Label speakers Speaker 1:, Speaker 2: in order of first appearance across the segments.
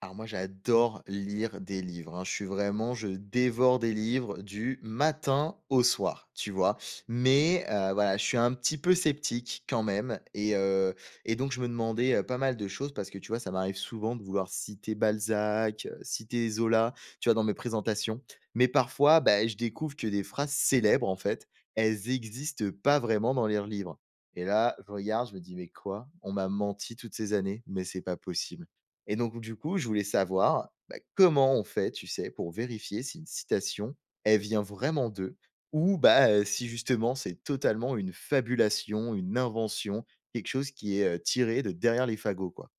Speaker 1: Alors moi, j'adore lire des livres, hein. Je suis vraiment je dévore des livres du matin au soir, tu vois? Mais voilà, je suis un petit peu sceptique quand même et donc je me demandais, pas mal de choses parce que, tu vois, ça m'arrive souvent de vouloir citer Balzac, citer Zola, tu vois, dans mes présentations. Mais parfois, bah, je découvre que des phrases célèbres, en fait, elles existent pas vraiment dans les livres et là, je regarde, je me dis: «Mais quoi? On m'a menti toutes ces années? Mais c'est pas possible». Et donc du coup, je voulais savoir, bah, comment on fait, tu sais, pour vérifier si une citation, elle vient vraiment d'eux ou bah, si justement c'est totalement une fabulation, une invention, quelque chose qui est, tiré de derrière les fagots, quoi?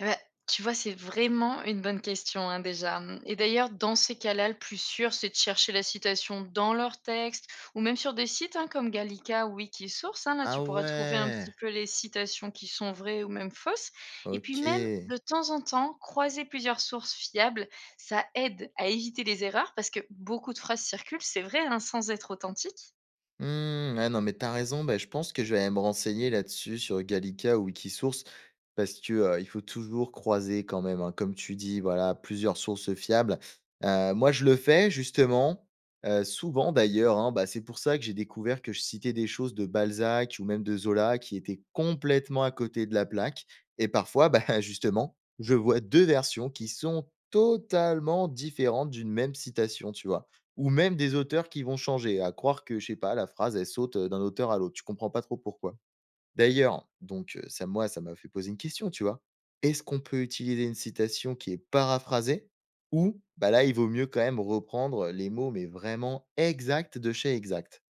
Speaker 2: Et bah, tu vois, c'est vraiment une bonne question, hein, déjà. Et d'ailleurs, dans ces cas-là, le plus sûr, c'est de chercher la citation dans leur texte ou même sur des sites hein, comme Gallica ou Wikisource. Hein, là,
Speaker 1: Ah
Speaker 2: tu pourras trouver un
Speaker 1: ouais!
Speaker 2: petit peu les citations qui sont vraies ou même fausses. Et puis même,
Speaker 1: OK.
Speaker 2: de temps en temps, croiser plusieurs sources fiables, ça aide à éviter les erreurs parce que beaucoup de phrases circulent, c'est vrai, hein, sans être authentiques.
Speaker 1: Mmh, ouais, non, mais t'as raison. Bah, je pense que je vais aller me renseigner là-dessus sur Gallica ou Wikisource parce que, il faut toujours croiser quand même, hein, comme tu dis, voilà, plusieurs sources fiables. Moi, je le fais justement, souvent d'ailleurs, hein. Bah, c'est pour ça que j'ai découvert que je citais des choses de Balzac ou même de Zola qui étaient complètement à côté de la plaque et parfois, bah, justement, je vois 2 versions qui sont totalement différentes d'une même citation, tu vois? Ou même des auteurs qui vont changer, à croire que, je sais pas, la phrase, elle saute, d'un auteur à l'autre. Tu comprends pas trop pourquoi. D'ailleurs, donc ça, moi, ça m'a fait poser une question, tu vois. Est-ce qu'on peut utiliser une citation qui est paraphrasée ou, bah, là, il vaut mieux quand même reprendre les mots, mais vraiment exacts de chez exact?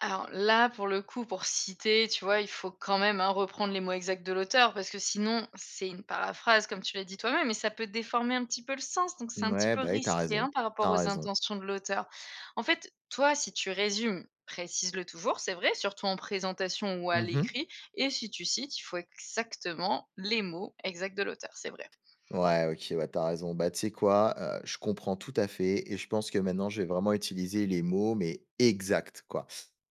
Speaker 2: Alors là, pour le coup, pour citer, tu vois, il faut quand même, hein, reprendre les mots exacts de l'auteur parce que sinon, c'est une paraphrase comme tu l'as dit toi-même et ça peut déformer un petit peu le sens, donc c'est un petit
Speaker 1: Ouais
Speaker 2: peu
Speaker 1: bah, oui,
Speaker 2: risqué, hein, par rapport
Speaker 1: t'as
Speaker 2: aux
Speaker 1: raison.
Speaker 2: intentions de l'auteur. En fait, toi, si tu résumes, précise-le toujours, c'est vrai, surtout en présentation ou à
Speaker 1: Mmh.
Speaker 2: l'écrit, et si tu cites, il faut exactement les mots exacts de l'auteur, c'est vrai.
Speaker 1: Ouais, OK, ouais, t'as raison. Bah, tu sais quoi? Je comprends tout à fait et je pense que maintenant, je vais vraiment utiliser les mots, mais exacts, quoi.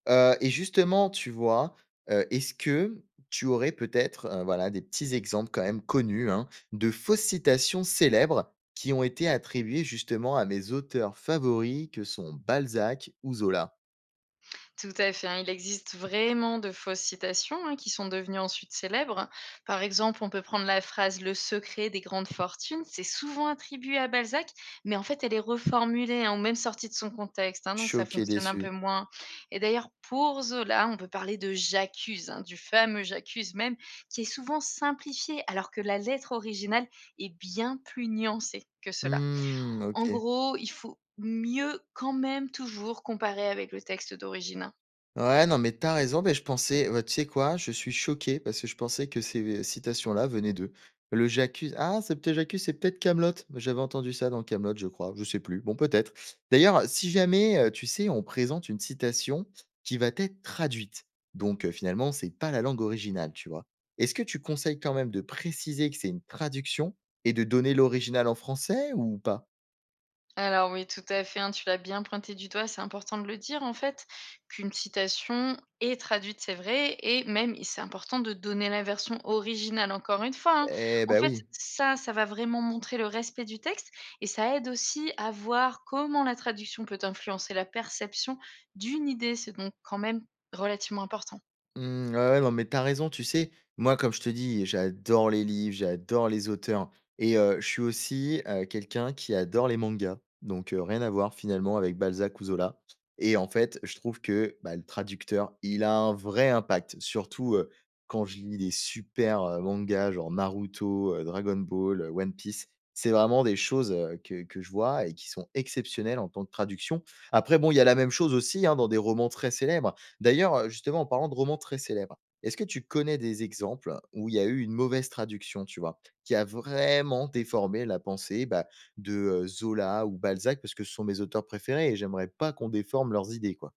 Speaker 1: Et justement, tu vois, est-ce que tu aurais peut-être, voilà, des petits exemples quand même connus, hein, de fausses citations célèbres qui ont été attribuées justement à mes auteurs favoris que sont Balzac ou Zola?
Speaker 2: Tout à fait, hein. Il existe vraiment de fausses citations hein, qui sont devenues ensuite célèbres. Par exemple, on peut prendre la phrase Le secret des grandes fortunes. C'est souvent attribué à Balzac, mais en fait, elle est reformulée hein, ou même sortie de son contexte. Hein, donc, ça
Speaker 1: Choqué,
Speaker 2: fonctionne un peu
Speaker 1: déçu.
Speaker 2: moins. Et d'ailleurs, pour Zola, on peut parler de J'accuse, hein, du fameux J'accuse même, qui est souvent simplifié, alors que la lettre originale est bien plus nuancée que cela.
Speaker 1: Mmh, OK.
Speaker 2: En gros, il faut mieux quand même toujours comparer avec le texte d'origine. Hein.
Speaker 1: Ouais, non, mais t'as raison, mais je pensais bah, tu sais quoi? Je suis choqué parce que je pensais que ces citations-là venaient d'eux. Le J'accuse ah, c'est peut-être J'accuse, c'est peut-être Kaamelott. J'avais entendu ça dans Kaamelott, je crois, je sais plus. Bon, peut-être. D'ailleurs, si jamais, tu sais, on présente une citation qui va être traduite, donc finalement, c'est pas la langue originale, tu vois? Est-ce que tu conseilles quand même de préciser que c'est une traduction et de donner l'original en français ou pas?
Speaker 2: Alors oui, tout à fait, hein, tu l'as bien pointé du doigt, c'est important de le dire en fait, qu'une citation est traduite, c'est vrai, et même et c'est important de donner la version originale, encore une fois. Hein.
Speaker 1: Eh,
Speaker 2: En
Speaker 1: ben
Speaker 2: fait,
Speaker 1: oui.
Speaker 2: ça va vraiment montrer le respect du texte et ça aide aussi à voir comment la traduction peut influencer la perception d'une idée, c'est donc quand même relativement important.
Speaker 1: Mmh, ouais, ouais, non, mais t'as raison, tu sais, moi, comme je te dis, j'adore les livres, j'adore les auteurs et je suis aussi, quelqu'un qui adore les mangas, donc rien à voir finalement avec Balzac ou Zola et en fait, je trouve que, bah, le traducteur, il a un vrai impact, surtout, quand je lis des super, mangas genre Naruto, Dragon Ball, One Piece. C'est vraiment des choses, que je vois et qui sont exceptionnelles en tant que traduction. Après bon, il y a la même chose aussi, hein, dans des romans très célèbres. D'ailleurs, justement, en parlant de romans très célèbres, est-ce que tu connais des exemples où il y a eu une mauvaise traduction, tu vois? Qui a vraiment déformé la pensée, bah, de, Zola ou Balzac parce que ce sont mes auteurs préférés et j'aimerais pas qu'on déforme leurs idées, quoi.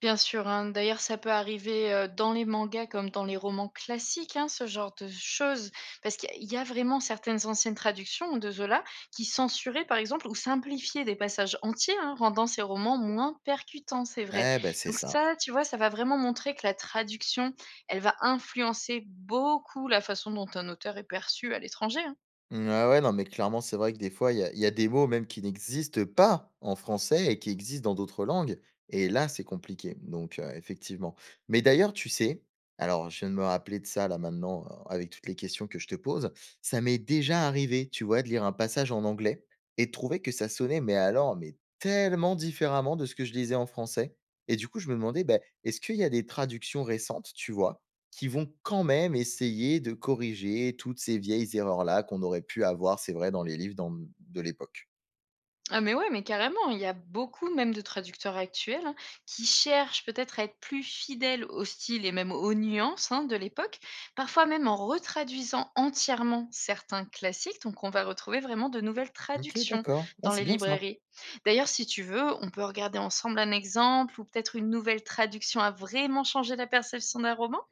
Speaker 2: Bien sûr, hein. D'ailleurs, ça peut arriver, dans les mangas comme dans les romans classiques, hein, ce genre de choses. Parce qu'il y a vraiment certaines anciennes traductions de Zola qui censuraient, par exemple, ou simplifiaient des passages entiers, hein, rendant ces romans moins percutants, c'est vrai.
Speaker 1: Eh, ben c'est
Speaker 2: Donc
Speaker 1: ça.
Speaker 2: ça, tu vois, ça va vraiment montrer que la traduction, elle va influencer beaucoup la façon dont un auteur est perçu à l'étranger, hein.
Speaker 1: Mmh, ah ouais, non, mais clairement, c'est vrai que des fois, il y a des mots même qui n'existent pas en français et qui existent dans d'autres langues et là, c'est compliqué donc effectivement. Mais d'ailleurs, tu sais, alors je viens de me rappeler de ça là maintenant, avec toutes les questions que je te pose, ça m'est déjà arrivé, tu vois, de lire un passage en anglais et de trouver que ça sonnait mais alors, mais tellement différemment de ce que je lisais en français et du coup, je me demandais, ben est-ce qu'il y a des traductions récentes, tu vois, qui vont quand même essayer de corriger toutes ces vieilles erreurs-là qu'on aurait pu avoir, c'est vrai, dans les livres dans de l'époque.
Speaker 2: Ah mais ouais, mais carrément, il y a beaucoup même de traducteurs actuels, hein, qui cherchent peut-être à être plus fidèles au style et même aux nuances hein, de l'époque, parfois même en retraduisant entièrement certains classiques. Donc on va retrouver vraiment de nouvelles
Speaker 1: OK,
Speaker 2: traductions
Speaker 1: d'accord. Ouais,
Speaker 2: dans
Speaker 1: c'est
Speaker 2: les
Speaker 1: bien ça.
Speaker 2: librairies. D'ailleurs, si tu veux, on peut regarder ensemble un exemple ou peut-être une nouvelle traduction a vraiment changé la perception d'un roman.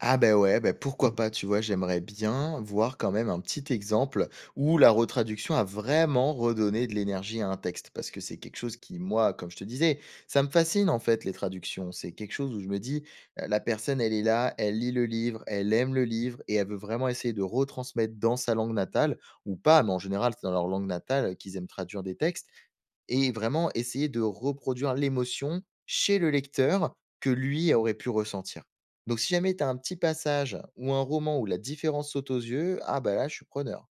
Speaker 1: Ah ben ouais, ben pourquoi pas, tu vois? J'aimerais bien voir quand même un petit exemple où la retraduction a vraiment redonné de l'énergie à un texte. Parce que c'est quelque chose qui, moi, comme je te disais, ça me fascine en fait les traductions. C'est quelque chose où je me dis, la personne, elle est là, elle lit le livre, elle aime le livre et elle veut vraiment essayer de retransmettre dans sa langue natale ou pas, mais en général, c'est dans leur langue natale qu'ils aiment traduire des textes et vraiment essayer de reproduire l'émotion chez le lecteur que lui aurait pu ressentir. Donc si jamais tu as un petit passage ou un roman où la différence saute aux yeux, ah bah là je suis preneur.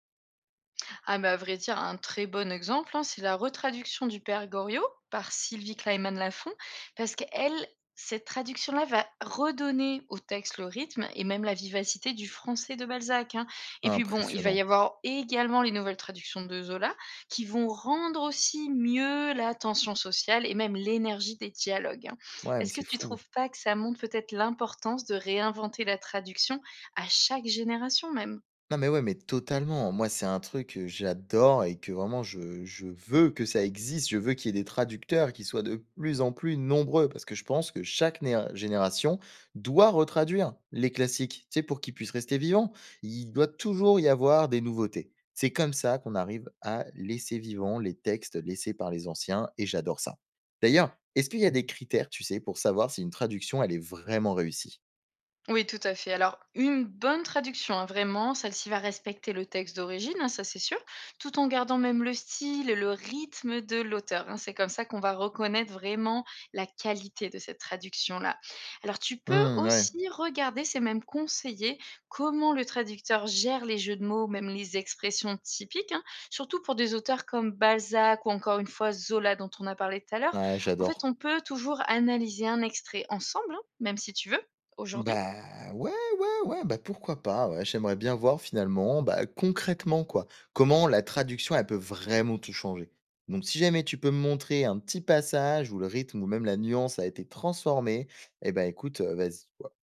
Speaker 2: Ah mais à vrai dire, un très bon exemple, hein, c'est la retraduction du Père Goriot par Sylvie Kleiman-Lafont, parce qu'elle, cette traduction-là va redonner au texte le rythme et même la vivacité du français de Balzac. Hein. Et puis bon, il va
Speaker 1: Impressionnant.
Speaker 2: y avoir également les nouvelles traductions de Zola qui vont rendre aussi mieux la tension sociale et même l'énergie des dialogues. Hein.
Speaker 1: Ouais, mais
Speaker 2: Est-ce que
Speaker 1: c'est
Speaker 2: tu
Speaker 1: fou.
Speaker 2: trouves pas que ça montre peut-être l'importance de réinventer la traduction à chaque génération même?
Speaker 1: Non, mais ouais, mais totalement. Moi, c'est un truc que j'adore et que vraiment je veux que ça existe. Je veux qu'il y ait des traducteurs qui soient de plus en plus nombreux parce que je pense que chaque néa génération doit retraduire les classiques, tu sais, pour qu'ils puissent rester vivants. Il doit toujours y avoir des nouveautés. C'est comme ça qu'on arrive à laisser vivants les textes laissés par les anciens et j'adore ça. D'ailleurs, est-ce qu'il y a des critères, tu sais, pour savoir si une traduction, elle est vraiment réussie?
Speaker 2: Oui, tout à fait. Alors, une bonne traduction, hein, vraiment, celle-ci va respecter le texte d'origine, hein, ça c'est sûr, tout en gardant même le style et le rythme de l'auteur. Hein. C'est comme ça qu'on va reconnaître vraiment la qualité de cette traduction-là. Alors, tu peux
Speaker 1: Mmh, ouais.
Speaker 2: aussi regarder, c'est même conseillé, comment le traducteur gère les jeux de mots, même les expressions typiques, hein, surtout pour des auteurs comme Balzac ou encore une fois Zola dont on a parlé tout à l'heure.
Speaker 1: Ouais,
Speaker 2: En fait,
Speaker 1: j'adore.
Speaker 2: on peut toujours analyser un extrait ensemble, hein, même si tu veux, aujourd'hui.
Speaker 1: Bah, ouais, ouais, ouais, bah, pourquoi pas, ouais. J'aimerais bien voir finalement, bah, concrètement quoi, comment la traduction, elle peut vraiment tout changer. Donc si jamais tu peux me montrer un petit passage où le rythme ou même la nuance a été transformée, eh ben écoute, vas-y quoi.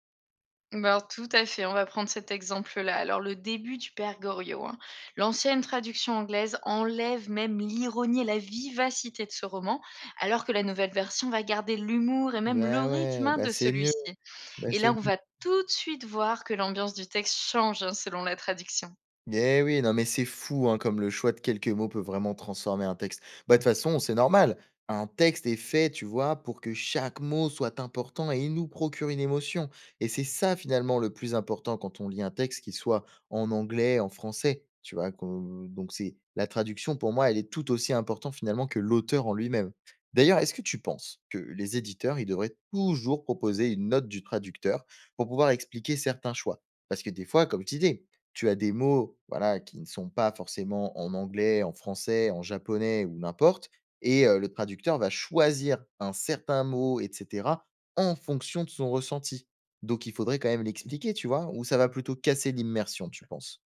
Speaker 2: Bah, alors, tout à fait, on va prendre cet exemple-là. Alors, le début du Père Goriot, hein. L'ancienne traduction anglaise enlève même l'ironie et la vivacité de ce roman, alors que la nouvelle version va garder l'humour et même le
Speaker 1: Bah
Speaker 2: rythme
Speaker 1: ouais,
Speaker 2: hein,
Speaker 1: bah,
Speaker 2: de
Speaker 1: c'est mieux,
Speaker 2: celui-ci.
Speaker 1: bah,
Speaker 2: Et
Speaker 1: c'est
Speaker 2: là, on va tout de suite voir que l'ambiance du texte change hein, selon la traduction.
Speaker 1: Eh oui, non mais c'est fou, hein, comme le choix de quelques mots peut vraiment transformer un texte. Bah, de toute façon, c'est normal. Un texte est fait, tu vois, pour que chaque mot soit important et il nous procure une émotion. Et c'est ça finalement le plus important quand on lit un texte, qu'il soit en anglais, en français, tu vois. Donc c'est la traduction pour moi, elle est tout aussi importante finalement que l'auteur en lui-même. D'ailleurs, est-ce que tu penses que les éditeurs, ils devraient toujours proposer une note du traducteur pour pouvoir expliquer certains choix? Parce que des fois, comme je disais, tu as des mots, voilà, qui ne sont pas forcément en anglais, en français, en japonais ou n'importe et le traducteur va choisir un certain mot et cetera en fonction de son ressenti. Donc il faudrait quand même l'expliquer, tu vois? Ou ça va plutôt casser l'immersion, tu penses?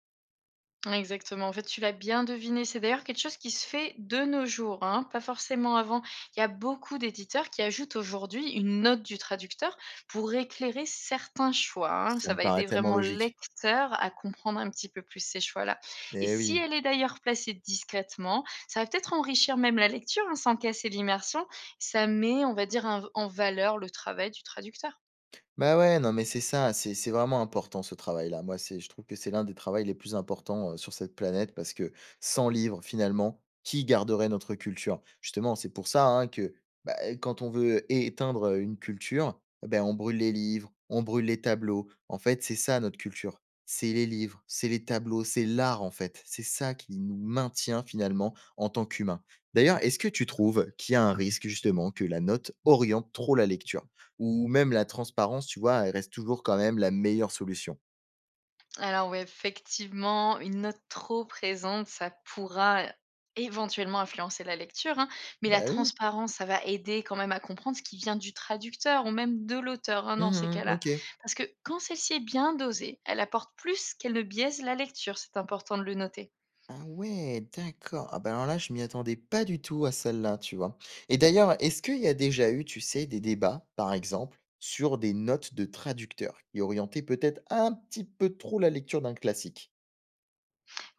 Speaker 2: Exactement. En fait, tu l'as bien deviné. C'est d'ailleurs quelque chose qui se fait de nos jours, hein, pas forcément avant. Il y a beaucoup d'éditeurs qui ajoutent aujourd'hui une note du traducteur pour éclairer certains choix. Hein.
Speaker 1: Ça
Speaker 2: Ça
Speaker 1: me
Speaker 2: va
Speaker 1: paraît
Speaker 2: aider
Speaker 1: tellement
Speaker 2: vraiment le
Speaker 1: logique.
Speaker 2: lecteur à comprendre un petit peu plus ces choix-là. Et
Speaker 1: Eh
Speaker 2: si
Speaker 1: oui.
Speaker 2: elle est d'ailleurs placée discrètement, ça va peut-être enrichir même la lecture hein, sans casser l'immersion. Ça met, on va dire, un- en valeur le travail du traducteur.
Speaker 1: Bah, ouais, non, mais c'est ça, c'est vraiment important ce travail-là. Moi, c'est je trouve que c'est l'un des travaux les plus importants, sur cette planète parce que sans livres, finalement, qui garderait notre culture? Justement, c'est pour ça, hein, que, bah, quand on veut éteindre, une culture, eh ben on brûle les livres, on brûle les tableaux. En fait, c'est ça notre culture. C'est les livres, c'est les tableaux, c'est l'art, en fait. C'est ça qui nous maintient finalement en tant qu'humains. D'ailleurs, est-ce que tu trouves qu'il y a un risque justement que la note oriente trop la lecture? Ou même la transparence, tu vois, elle reste toujours quand même la meilleure solution.
Speaker 2: Alors oui, effectivement, une note trop présente, ça pourra éventuellement influencer la lecture, hein, mais la
Speaker 1: Bah oui.
Speaker 2: transparence, ça va aider quand même à comprendre ce qui vient du traducteur ou même de l'auteur hein, dans ces
Speaker 1: Mmh.
Speaker 2: cas-là.
Speaker 1: OK.
Speaker 2: Parce que quand celle-ci est bien dosée, elle apporte plus qu'elle ne biaise la lecture, c'est important de le noter.
Speaker 1: Ah ouais, d'accord. Ah bah, alors là, je m'y attendais pas du tout à celle-là, tu vois? Et d'ailleurs, est-ce qu'il y a déjà eu, tu sais, des débats, par exemple, sur des notes de traducteurs qui orientaient peut-être un petit peu trop la lecture d'un classique?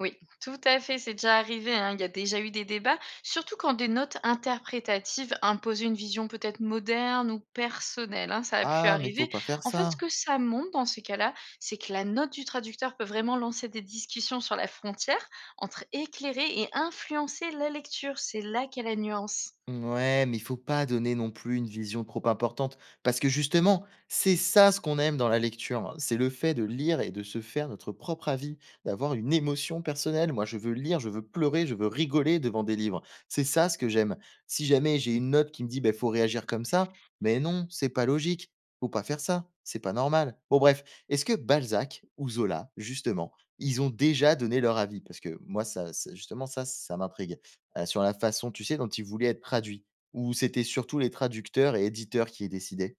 Speaker 2: Oui, tout à fait, c'est déjà arrivé, hein. Il y a déjà eu des débats, surtout quand des notes interprétatives imposaient une vision peut-être moderne ou personnelle, hein, ça a pu
Speaker 1: Ah mais faut
Speaker 2: arriver.
Speaker 1: pas faire
Speaker 2: En fait, ce
Speaker 1: ça!
Speaker 2: que ça montre dans ces cas-là, c'est que la note du traducteur peut vraiment lancer des discussions sur la frontière entre éclairer et influencer la lecture. C'est là qu'est la nuance.
Speaker 1: Ouais, mais il faut pas donner non plus une vision trop importante parce que justement, c'est ça ce qu'on aime dans la lecture, hein. C'est le fait de lire et de se faire notre propre avis, d'avoir une émotion personnelle. Moi, je veux lire, je veux pleurer, je veux rigoler devant des livres. C'est ça ce que j'aime. Si jamais j'ai une note qui me dit: ben faut réagir comme ça», mais non, c'est pas logique. Faut pas faire ça, c'est pas normal. Bon bref, est-ce que Balzac ou Zola justement, ils ont déjà donné leur avis? Parce que moi, ça m'intrigue sur la façon, tu sais, dont il voulait être traduit? Ou c'était surtout les traducteurs et éditeurs qui décidaient?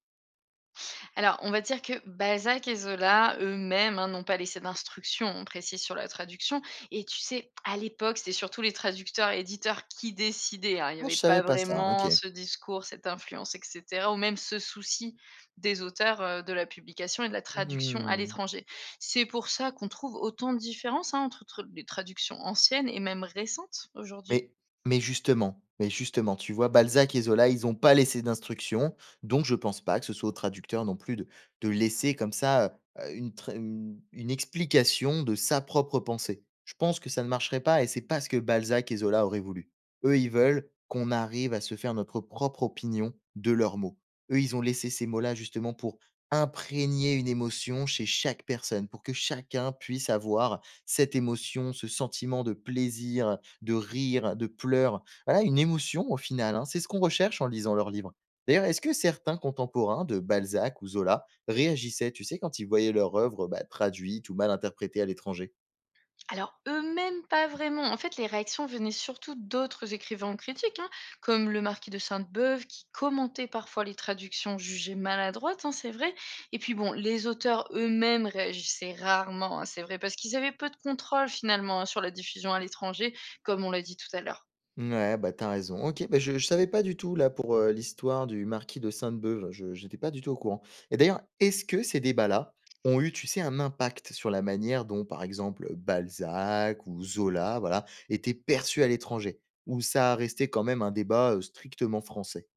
Speaker 2: Alors, on va dire que Balzac et Zola, eux-mêmes, hein, n'ont pas laissé d'instructions, on précise, sur la traduction. Et tu sais, à l'époque, c'était surtout les traducteurs et éditeurs qui décidaient. Hein. Il n'y
Speaker 1: Ah, je
Speaker 2: avait
Speaker 1: savais
Speaker 2: pas
Speaker 1: pas ça, hein, OK.
Speaker 2: vraiment ce discours, cette influence, etc., ou même ce souci des auteurs de la publication et de la traduction à
Speaker 1: Mmh.
Speaker 2: l'étranger. C'est pour ça qu'on trouve autant de différences hein, entre les traductions anciennes et même récentes aujourd'hui.
Speaker 1: Mais mais justement, tu vois? Balzac et Zola, ils n'ont pas laissé d'instructions, donc je pense pas que ce soit au traducteur non plus de laisser comme ça, une tr une explication de sa propre pensée. Je pense que ça ne marcherait pas et c'est pas ce que Balzac et Zola auraient voulu. Eux, ils veulent qu'on arrive à se faire notre propre opinion de leurs mots. Eux, ils ont laissé ces mots-là justement pour imprégner une émotion chez chaque personne, pour que chacun puisse avoir cette émotion, ce sentiment de plaisir, de rire, de pleurs, voilà une émotion au final, hein. C'est ce qu'on recherche en lisant leurs livres. D'ailleurs, est-ce que certains contemporains de Balzac ou Zola réagissaient, tu sais, quand ils voyaient leur œuvre, bah, traduite ou mal interprétée à l'étranger?
Speaker 2: Alors, eux-mêmes, pas vraiment. En fait, les réactions venaient surtout d'autres écrivains ou critiques, hein, comme le marquis de Sainte-Beuve, qui commentait parfois les traductions jugées maladroites, hein, c'est vrai. Et puis bon, les auteurs eux-mêmes réagissaient rarement, hein, c'est vrai, parce qu'ils avaient peu de contrôle finalement hein, sur la diffusion à l'étranger, comme on l'a dit tout à l'heure.
Speaker 1: Ouais, bah, t'as raison. OK, bah, je savais pas du tout là pour, l'histoire du marquis de Sainte-Beuve, je j'étais pas du tout au courant et d'ailleurs, est-ce que ces débats-là ont eu, tu sais, un impact sur la manière dont, par exemple, Balzac ou Zola, voilà, étaient perçus à l'étranger? Ou ça a resté quand même un débat, strictement français?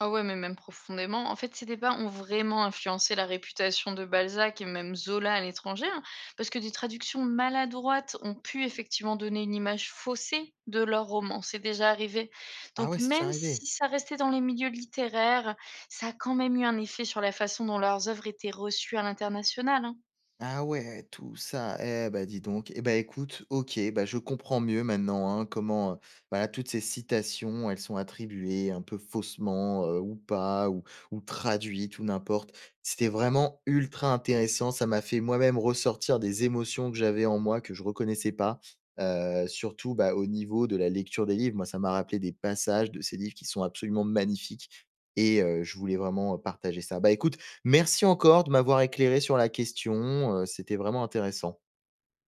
Speaker 2: Ah ouais, mais même profondément. En fait, ces débats ont vraiment influencé la réputation de Balzac et même Zola à l'étranger, hein, parce que des traductions maladroites ont pu effectivement donner une image faussée de leur roman. C'est déjà arrivé.
Speaker 1: Ah
Speaker 2: Donc,
Speaker 1: ouais, c'est déjà
Speaker 2: même
Speaker 1: arrivé?
Speaker 2: si ça restait dans les milieux littéraires, ça a quand même eu un effet sur la façon dont leurs œuvres étaient reçues à l'international. Hein.
Speaker 1: Ah ouais, tout ça, eh bah, dis donc. Eh bah, écoute, OK, bah, je comprends mieux maintenant, hein, comment, voilà, toutes ces citations, elles sont attribuées un peu faussement, ou pas, ou traduites ou n'importe. C'était vraiment ultra intéressant, ça m'a fait moi-même ressortir des émotions que j'avais en moi, que je reconnaissais pas, surtout, bah, au niveau de la lecture des livres. Moi, ça m'a rappelé des passages de ces livres qui sont absolument magnifiques et je voulais vraiment, partager ça. Bah, écoute. Merci encore de m'avoir éclairé sur la question, c'était vraiment intéressant.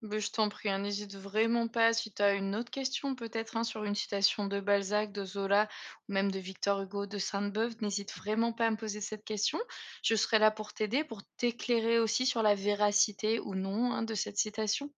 Speaker 2: Beh, je t'en prie, hein, n'hésite vraiment pas. Si tu as une autre question, peut-être hein, sur une citation de Balzac, de Zola ou même de Victor Hugo, de Sainte-Beuve, n'hésite vraiment pas à me poser cette question. Je serai là pour t'aider, pour t'éclairer aussi sur la véracité ou non hein, de cette citation.